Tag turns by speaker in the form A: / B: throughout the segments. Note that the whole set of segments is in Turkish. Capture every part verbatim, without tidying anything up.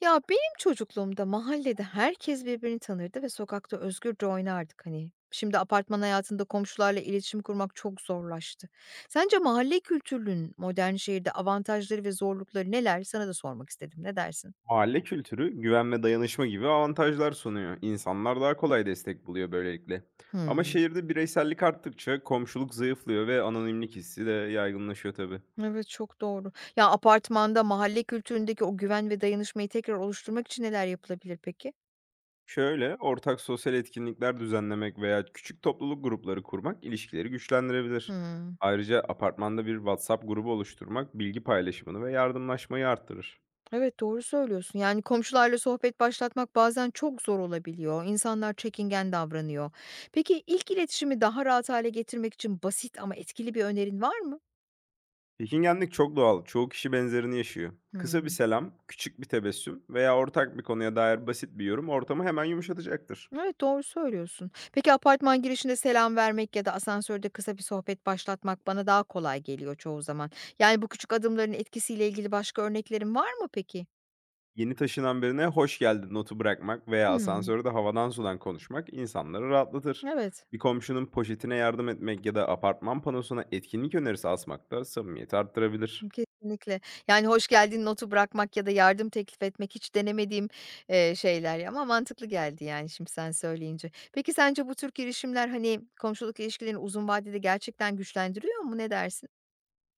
A: Ya, benim çocukluğumda mahallede herkes birbirini tanırdı ve sokakta özgürce oynardık, hani. Şimdi apartman hayatında komşularla iletişim kurmak çok zorlaştı. Sence mahalle kültürünün modern şehirde avantajları ve zorlukları neler? Sana da sormak istedim. Ne dersin?
B: Mahalle kültürü, güven ve dayanışma gibi avantajlar sunuyor. İnsanlar daha kolay destek buluyor böylelikle. Ama
A: Hımm.
B: şehirde bireysellik arttıkça komşuluk zayıflıyor ve anonimlik hissi de yaygınlaşıyor tabii.
A: Evet, çok doğru. Ya, apartmanda mahalle kültüründeki o güven ve dayanışmayı tekrar oluşturmak için neler yapılabilir peki?
B: Şöyle, ortak sosyal etkinlikler düzenlemek veya küçük topluluk grupları kurmak ilişkileri güçlendirebilir.
A: Hıı.
B: Ayrıca apartmanda bir WhatsApp grubu oluşturmak bilgi paylaşımını ve yardımlaşmayı arttırır.
A: Evet, doğru söylüyorsun. Yani komşularla sohbet başlatmak bazen çok zor olabiliyor. İnsanlar çekingen davranıyor. Peki ilk iletişimi daha rahat hale getirmek için basit ama etkili bir önerin var mı?
B: Çekingenlik çok doğal. Çoğu kişi benzerini yaşıyor. Kısa bir
A: Hımm.
B: selam, küçük bir tebessüm veya ortak bir konuya dair basit bir yorum ortamı hemen yumuşatacaktır.
A: Evet, doğru söylüyorsun. Peki apartman girişinde selam vermek ya da asansörde kısa bir sohbet başlatmak bana daha kolay geliyor çoğu zaman. Yani bu küçük adımların etkisiyle ilgili başka örneklerin var mı peki?
B: Yeni taşınan birine hoş geldin notu bırakmak veya
A: Hımm.
B: asansörde havadan sudan konuşmak insanları rahatlatır.
A: Evet.
B: Bir komşunun poşetine yardım etmek ya da apartman panosuna etkinlik önerisi asmak da samimiyeti arttırabilir.
A: Kesinlikle. Yani, "Hoş geldin" notu bırakmak ya da yardım teklif etmek hiç denemediğim, eee, şeyler ya, ama mantıklı geldi, yani, şimdi sen söyleyince. Peki sence bu tür girişimler, hani, komşuluk ilişkilerini uzun vadede gerçekten güçlendiriyor mu? Ne dersin?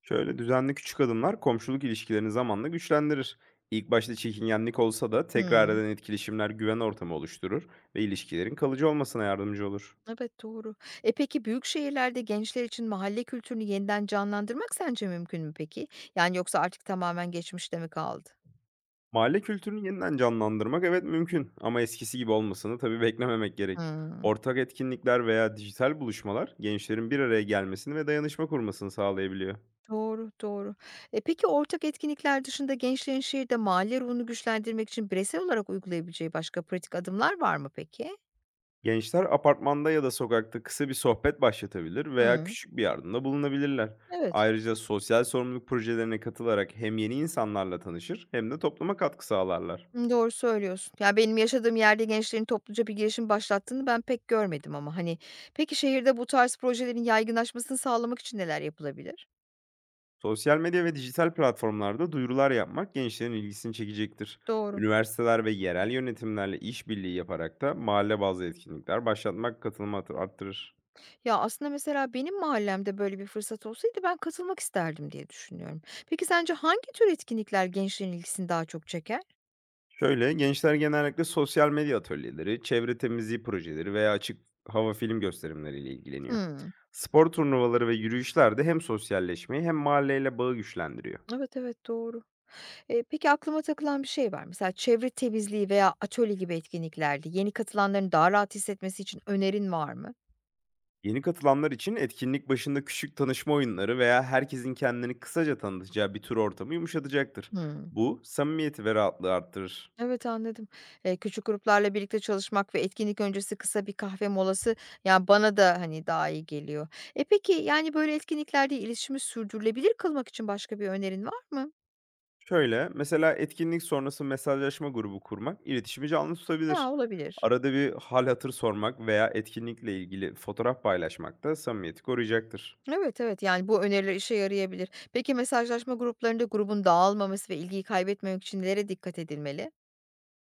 B: Şöyle düzenli küçük adımlar komşuluk ilişkilerini zamanla güçlendirir. İlk başta çekingenlik olsa da tekrar
A: Hmm.
B: eden etkileşimler güven ortamı oluşturur ve ilişkilerin kalıcı olmasına yardımcı olur.
A: Evet, doğru. E, peki büyük şehirlerde gençler için mahalle kültürünü yeniden canlandırmak sence mümkün mü peki? Yani, yoksa artık tamamen geçmişte mi kaldı?
B: Mahalle kültürünü yeniden canlandırmak evet mümkün ama eskisi gibi olmasını tabii beklememek gerek.
A: Hıı.
B: Ortak etkinlikler veya dijital buluşmalar gençlerin bir araya gelmesini ve dayanışma kurmasını sağlayabiliyor.
A: Doğru, doğru. E, peki ortak etkinlikler dışında gençlerin şehirde mahalle ruhunu güçlendirmek için bireysel olarak uygulayabileceği başka pratik adımlar var mı peki?
B: Gençler apartmanda ya da sokakta kısa bir sohbet başlatabilir veya
A: Hı,
B: küçük bir yardımda bulunabilirler.
A: evet.
B: Ayrıca sosyal sorumluluk projelerine katılarak hem yeni insanlarla tanışır hem de topluma katkı sağlarlar.
A: Hı, doğru söylüyorsun. Ya benim yaşadığım yerde gençlerin topluca bir girişim başlattığını ben pek görmedim ama hani peki şehirde bu tarz projelerin yaygınlaşmasını sağlamak için neler yapılabilir?
B: Sosyal medya ve dijital platformlarda duyurular yapmak gençlerin ilgisini çekecektir.
A: Doğru.
B: Üniversiteler ve yerel yönetimlerle işbirliği yaparak da mahalle bazlı etkinlikler başlatmak katılımı artı- arttırır.
A: Ya aslında mesela benim mahallemde böyle bir fırsat olsaydı ben katılmak isterdim diye düşünüyorum. Peki sence hangi tür etkinlikler gençlerin ilgisini daha çok çeker?
B: Şöyle gençler genellikle sosyal medya atölyeleri, çevre temizliği projeleri veya açık hava film gösterimleriyle ilgileniyor.
A: Hı,
B: Spor turnuvaları ve yürüyüşler de hem sosyalleşmeyi hem mahalleyle bağı güçlendiriyor.
A: evet evet doğru. Eee, peki aklıma takılan bir şey var. Mesela çevre temizliği veya atölye gibi etkinliklerde yeni katılanların daha rahat hissetmesi için önerin var mı?
B: Yeni katılanlar için etkinlik başında küçük tanışma oyunları veya herkesin kendini kısaca tanıtacağı bir tur ortamı yumuşatacaktır.
A: Hmm.
B: Bu samimiyeti ve rahatlığı arttırır.
A: Evet anladım. Eee, küçük gruplarla birlikte çalışmak ve etkinlik öncesi kısa bir kahve molası yani bana da hani daha iyi geliyor. E peki yani böyle etkinliklerde iletişimi sürdürülebilir kılmak için başka bir önerin var mı?
B: Şöyle, mesela etkinlik sonrası mesajlaşma grubu kurmak iletişimi canlı
A: Ya
B: tutabilir.
A: olabilir.
B: Arada bir hal hatır sormak veya etkinlikle ilgili fotoğraf paylaşmak da samimiyeti koruyacaktır.
A: Evet evet yani bu öneriler işe yarayabilir. Peki mesajlaşma gruplarında grubun dağılmaması ve ilgiyi kaybetmemek için nelere dikkat edilmeli?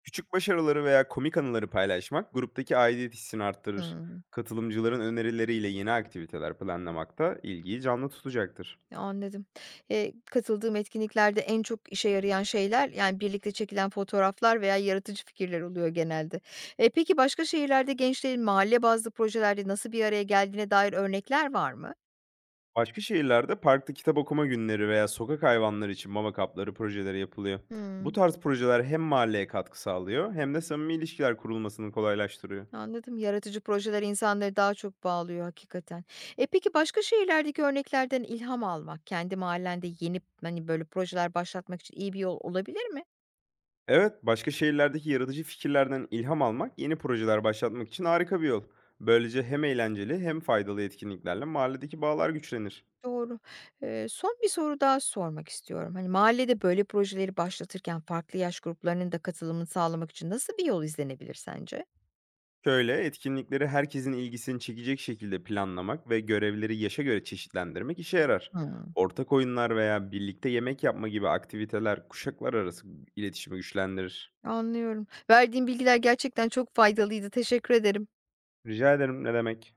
B: Küçük başarıları veya komik anıları paylaşmak gruptaki aidiyet hissini arttırır.
A: Hmm.
B: Katılımcıların önerileriyle yeni aktiviteler planlamak da ilgiyi canlı tutacaktır.
A: Anladım. Eee, katıldığım etkinliklerde en çok işe yarayan şeyler, yani, birlikte çekilen fotoğraflar veya yaratıcı fikirler oluyor genelde. E peki başka şehirlerde gençlerin mahalle bazlı projelerde nasıl bir araya geldiğine dair örnekler var mı?
B: Başka şehirlerde parkta kitap okuma günleri veya sokak hayvanları için mama kapları projeleri yapılıyor. Bu
A: Hımm,
B: tarz projeler hem mahalleye katkı sağlıyor hem de samimi ilişkiler kurulmasını kolaylaştırıyor.
A: anladım. Yaratıcı projeler insanları daha çok bağlıyor hakikaten. E, peki başka şehirlerdeki örneklerden ilham almak, kendi mahallende yeni, hani, böyle projeler başlatmak için iyi bir yol olabilir mi?
B: Evet, başka şehirlerdeki yaratıcı fikirlerden ilham almak yeni projeler başlatmak için harika bir yol. Böylece hem eğlenceli hem faydalı etkinliklerle mahalledeki bağlar güçlenir.
A: Doğru. Eee, son bir soru daha sormak istiyorum. Hani, mahallede böyle projeleri başlatırken farklı yaş gruplarının da katılımını sağlamak için nasıl bir yol izlenebilir sence?
B: Şöyle, etkinlikleri herkesin ilgisini çekecek şekilde planlamak ve görevleri yaşa göre çeşitlendirmek işe yarar.
A: Hımm,
B: Ortak oyunlar veya birlikte yemek yapma gibi aktiviteler kuşaklar arası iletişimi güçlendirir.
A: anlıyorum. Verdiğin bilgiler gerçekten çok faydalıydı. Teşekkür ederim.
B: Rica ederim, ne demek?